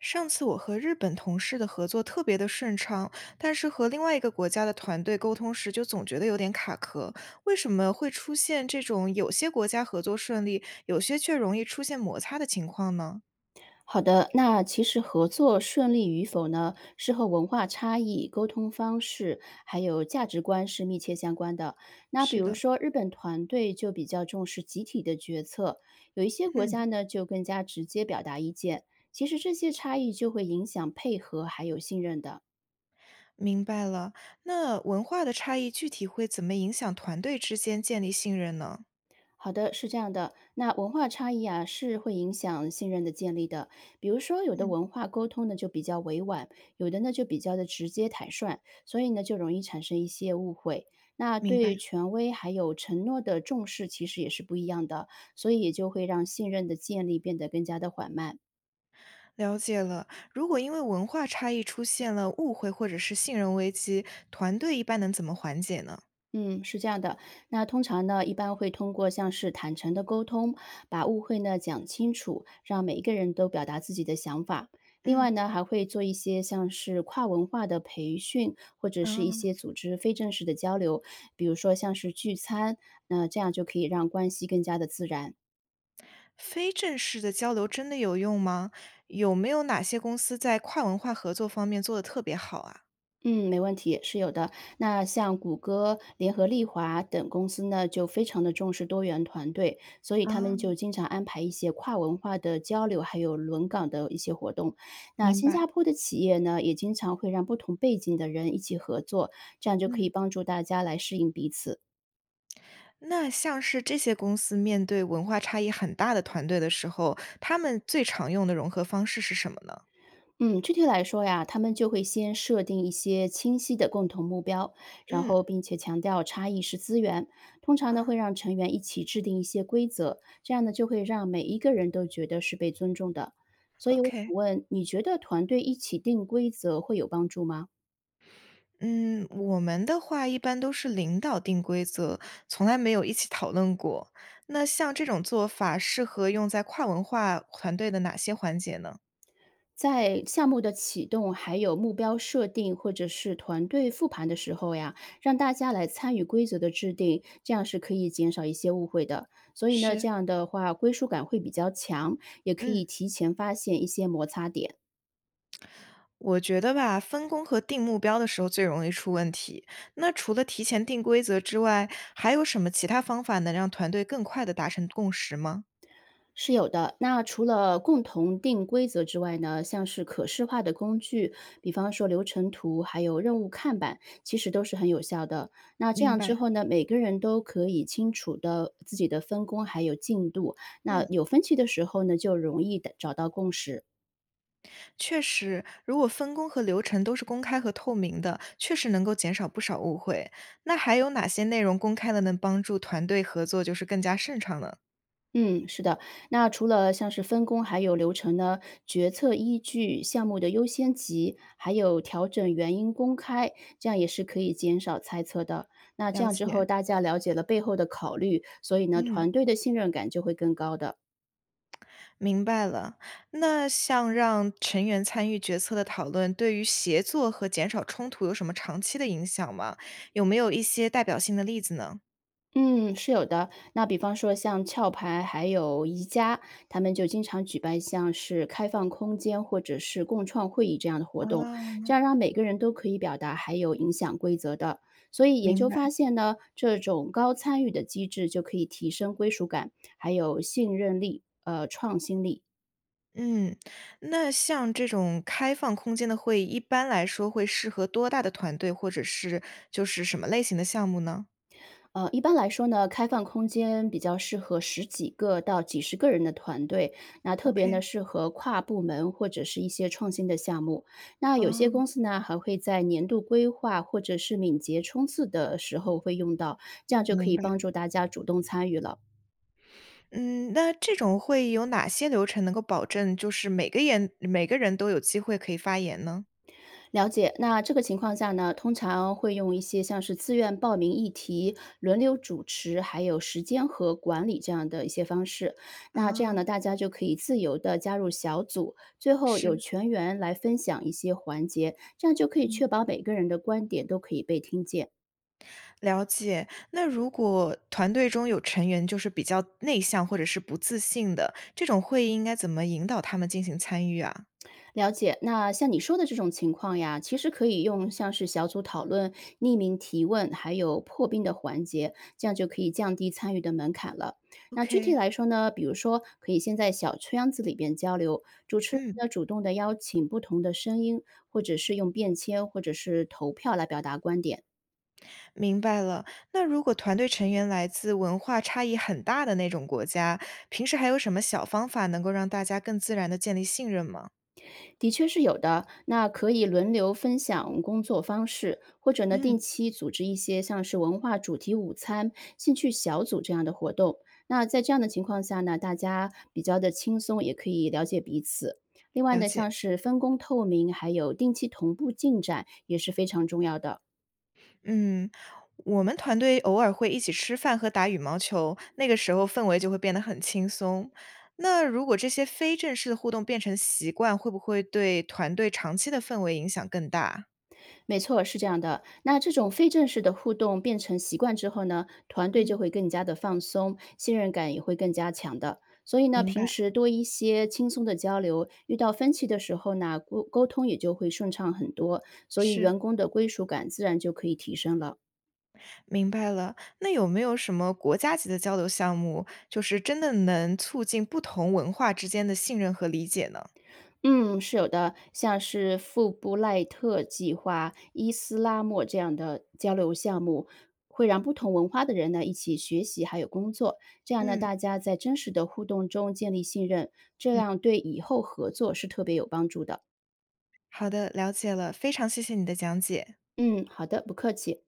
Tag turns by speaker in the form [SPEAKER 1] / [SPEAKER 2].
[SPEAKER 1] 上次我和日本同事的合作特别的顺畅，但是和另外一个国家的团队沟通时，就总觉得有点卡壳。为什么会出现这种有些国家合作顺利，有些却容易出现摩擦的情况呢？
[SPEAKER 2] 好的，那其实合作顺利与否呢，是和文化差异、沟通方式还有价值观是密切相关的。那比
[SPEAKER 1] 是
[SPEAKER 2] 如
[SPEAKER 1] 的。
[SPEAKER 2] 说，日本团队就比较重视集体的决策，有一些国
[SPEAKER 1] 嗯。
[SPEAKER 2] 家呢就更加直接表达意见。其实这些差异就会影响配合还有信任的。
[SPEAKER 1] 明白了。那文化的差异具体会怎么影响团队之间建立信任呢？
[SPEAKER 2] 好的，是这样的，那文化差异啊是会影响信任的建立的。比如说，有的
[SPEAKER 1] 嗯，
[SPEAKER 2] 文化沟通呢就比较委婉，有的呢就比较的直接坦率，所以呢就容易产生一些误会。那
[SPEAKER 1] 明白。
[SPEAKER 2] 对权威还有承诺的重视其实也是不一样的，所以也就会让信任的建立变得更加的缓慢。
[SPEAKER 1] 了解了。如果因为文化差异出现了误会或者是信任危机，团队一般能怎么缓解呢？
[SPEAKER 2] 嗯，是这样的。那通常呢，一般会通过像是坦诚的沟通，把误会呢讲清楚，让每一个人都表达自己的想法。另
[SPEAKER 1] 嗯。
[SPEAKER 2] 外呢，还会做一些像是跨文化的培训，或者是一
[SPEAKER 1] 啊。
[SPEAKER 2] 些组织非正式的交流，比如说像是聚餐，那这样就可以让关系更加的自然。
[SPEAKER 1] 非正式的交流真的有用吗？有没有哪些公司在跨文化合作方面做得特别好啊？
[SPEAKER 2] 嗯，没问题，是有的。那像谷歌、联合利华等公司呢，就非常的重视多元团队，所以他们
[SPEAKER 1] 啊。
[SPEAKER 2] 就经常安排一些跨文化的交流，还有轮岗的一些活动。那
[SPEAKER 1] 明
[SPEAKER 2] 新
[SPEAKER 1] 白。
[SPEAKER 2] 加坡的企业呢，也经常会让不同背景的人一起合作，这样就可
[SPEAKER 1] 嗯，
[SPEAKER 2] 以帮助大家来适应彼此。
[SPEAKER 1] 那像是这些公司面对文化差异很大的团队的时候，他们最常用的融合方式是什么呢？
[SPEAKER 2] 嗯，具体来说呀，他们就会先设定一些清晰的共同目标，然
[SPEAKER 1] 嗯。
[SPEAKER 2] 后并且强调差异是资源。通常呢，
[SPEAKER 1] 啊
[SPEAKER 2] 会让成员一起制定一些规则，这样呢，就会让每一个人都觉得是被尊重的。所以我
[SPEAKER 1] ，OK。
[SPEAKER 2] 想问，你觉得团队一起定规则会有帮助吗？
[SPEAKER 1] 嗯，我们的话一般都是领导定规则，从来没有一起讨论过。那像这种做法适合用在跨文化团队的哪些环节呢？
[SPEAKER 2] 在项目的启动，还有目标设定或者是团队复盘的时候呀，让大家来参与规则的制定，这样是可以减少一些误会的。所以呢，
[SPEAKER 1] 是。
[SPEAKER 2] 这样的话归属感会比较强，也可
[SPEAKER 1] 嗯。
[SPEAKER 2] 以提前发现一些摩擦点。
[SPEAKER 1] 我觉得吧，分工和定目标的时候最容易出问题。那除了提前定规则之外，还有什么其他方法能让团队更快地达成共识吗？
[SPEAKER 2] 是有的。那除了共同定规则之外呢，像是可视化的工具，比方说流程图，还有任务看板，其实都是很有效的。那这
[SPEAKER 1] 明
[SPEAKER 2] 样
[SPEAKER 1] 白。
[SPEAKER 2] 之后呢，每个人都可以清楚的自己的分工还有进度。那
[SPEAKER 1] 嗯。
[SPEAKER 2] 有分歧的时候呢，就容易的找到共识。
[SPEAKER 1] 确实，如果分工和流程都是公开和透明的，确实能够减少不少误会。那还有哪些内容公开的能帮助团队合作，就是更加顺畅呢？
[SPEAKER 2] 嗯，是的。那除了像是分工还有流程呢，决策依据、项目的优先级，还有调整原因公开，这样也是可以减少猜测的。那这
[SPEAKER 1] 了
[SPEAKER 2] 样之后，
[SPEAKER 1] 解。
[SPEAKER 2] 大家了解了背后的考虑，所以呢，
[SPEAKER 1] 嗯。
[SPEAKER 2] 团队的信任感就会更高的。
[SPEAKER 1] 明白了。那像让成员参与决策的讨论，对于协作和减少冲突有什么长期的影响吗？有没有一些代表性的例子呢？
[SPEAKER 2] 嗯，是有的。那比方说像壳牌，还有宜家，他们就经常举办像是开放空间或者是共创会议这样的活动，
[SPEAKER 1] 啊。
[SPEAKER 2] 这样让每个人都可以表达，还有影响规则的。所以研
[SPEAKER 1] 明
[SPEAKER 2] 究
[SPEAKER 1] 白。
[SPEAKER 2] 发现呢，这种高参与的机制就可以提升归属感，还有信任力，创新力。
[SPEAKER 1] 嗯，那像这种开放空间的会议，一般来说会适合多大的团队，或者是就是什么类型的项目呢
[SPEAKER 2] 一般来说呢，开放空间比较适合十几个到几十个人的团队，那特别呢
[SPEAKER 1] ？OK。
[SPEAKER 2] 适合跨部门或者是一些创新的项目。那有些
[SPEAKER 1] 哦。
[SPEAKER 2] 公司呢还会在年度规划或者是敏捷冲刺的时候会用到，这样就可
[SPEAKER 1] 明
[SPEAKER 2] 以
[SPEAKER 1] 白。
[SPEAKER 2] 帮助大家主动参与了。
[SPEAKER 1] 嗯，那这种会议有哪些流程能够保证就是每个人都有机会可以发言呢？
[SPEAKER 2] 了解，那这个情况下呢，通常会用一些像是自愿报名议题、轮流主持，还有时间和管理这样的一些方式。那这样
[SPEAKER 1] 啊。
[SPEAKER 2] 呢，大家就可以自由的加入小组，最后有
[SPEAKER 1] 是。
[SPEAKER 2] 全员来分享一些环节，这样就可以确保每个人的观点都可以被听见。
[SPEAKER 1] 了解，那如果团队中有成员就是比较内向或者是不自信的，这种会议应该怎么引导他们进行参与啊
[SPEAKER 2] 了解，那像你说的这种情况呀，其实可以用像是小组讨论、匿名提问，还有破冰的环节，这样就可以降低参与的门槛了。那具体
[SPEAKER 1] ？OK。
[SPEAKER 2] 来说呢，比如说可以先在小圈子里边交流，主持人
[SPEAKER 1] 嗯。
[SPEAKER 2] 呢主动的邀请不同的声音，或者是用便签或者是投票来表达观点，
[SPEAKER 1] 明白了。那如果团队成员来自文化差异很大的那种国家，平时还有什么小方法能够让大家更自然的建立信任吗？
[SPEAKER 2] 的确是有的。那可以轮流分享工作方式，或者呢定
[SPEAKER 1] 嗯。
[SPEAKER 2] 期组织一些像是文化主题午餐、兴趣小组这样的活动。那在这样的情况下呢，大家比较的轻松，也可以了解彼此。另外
[SPEAKER 1] 了
[SPEAKER 2] 呢，
[SPEAKER 1] 解。
[SPEAKER 2] 像是分工透明，还有定期同步进展，也是非常重要的。
[SPEAKER 1] 嗯，我们团队偶尔会一起吃饭和打羽毛球，那个时候氛围就会变得很轻松。那如果这些非正式的互动变成习惯，会不会对团队长期的氛围影响更大？
[SPEAKER 2] 没错，是这样的。那这种非正式的互动变成习惯之后呢，团队
[SPEAKER 1] 嗯。
[SPEAKER 2] 就会更加的放松，信任感也会更加强的。所以呢，
[SPEAKER 1] 明
[SPEAKER 2] 平
[SPEAKER 1] 白。
[SPEAKER 2] 时多一些轻松的交流，遇到分歧的时候呢，沟通也就会顺畅很多，所以
[SPEAKER 1] 是。
[SPEAKER 2] 员工的归属感自然就可以提升了。
[SPEAKER 1] 明白了。那有没有什么国家级的交流项目，就是真的能促进不同文化之间的信任和理解呢？
[SPEAKER 2] 嗯，是有的，像是富布赖特计划、伊斯拉莫这样的交流项目，会让不同文化的人呢一起学习还有工作，这样呢
[SPEAKER 1] 嗯，
[SPEAKER 2] 大家在真实的互动中建立信任，这样对以后合作是特别有帮助的。
[SPEAKER 1] 好的，了解了，非常谢谢你的讲解。
[SPEAKER 2] 嗯，好的，不客气。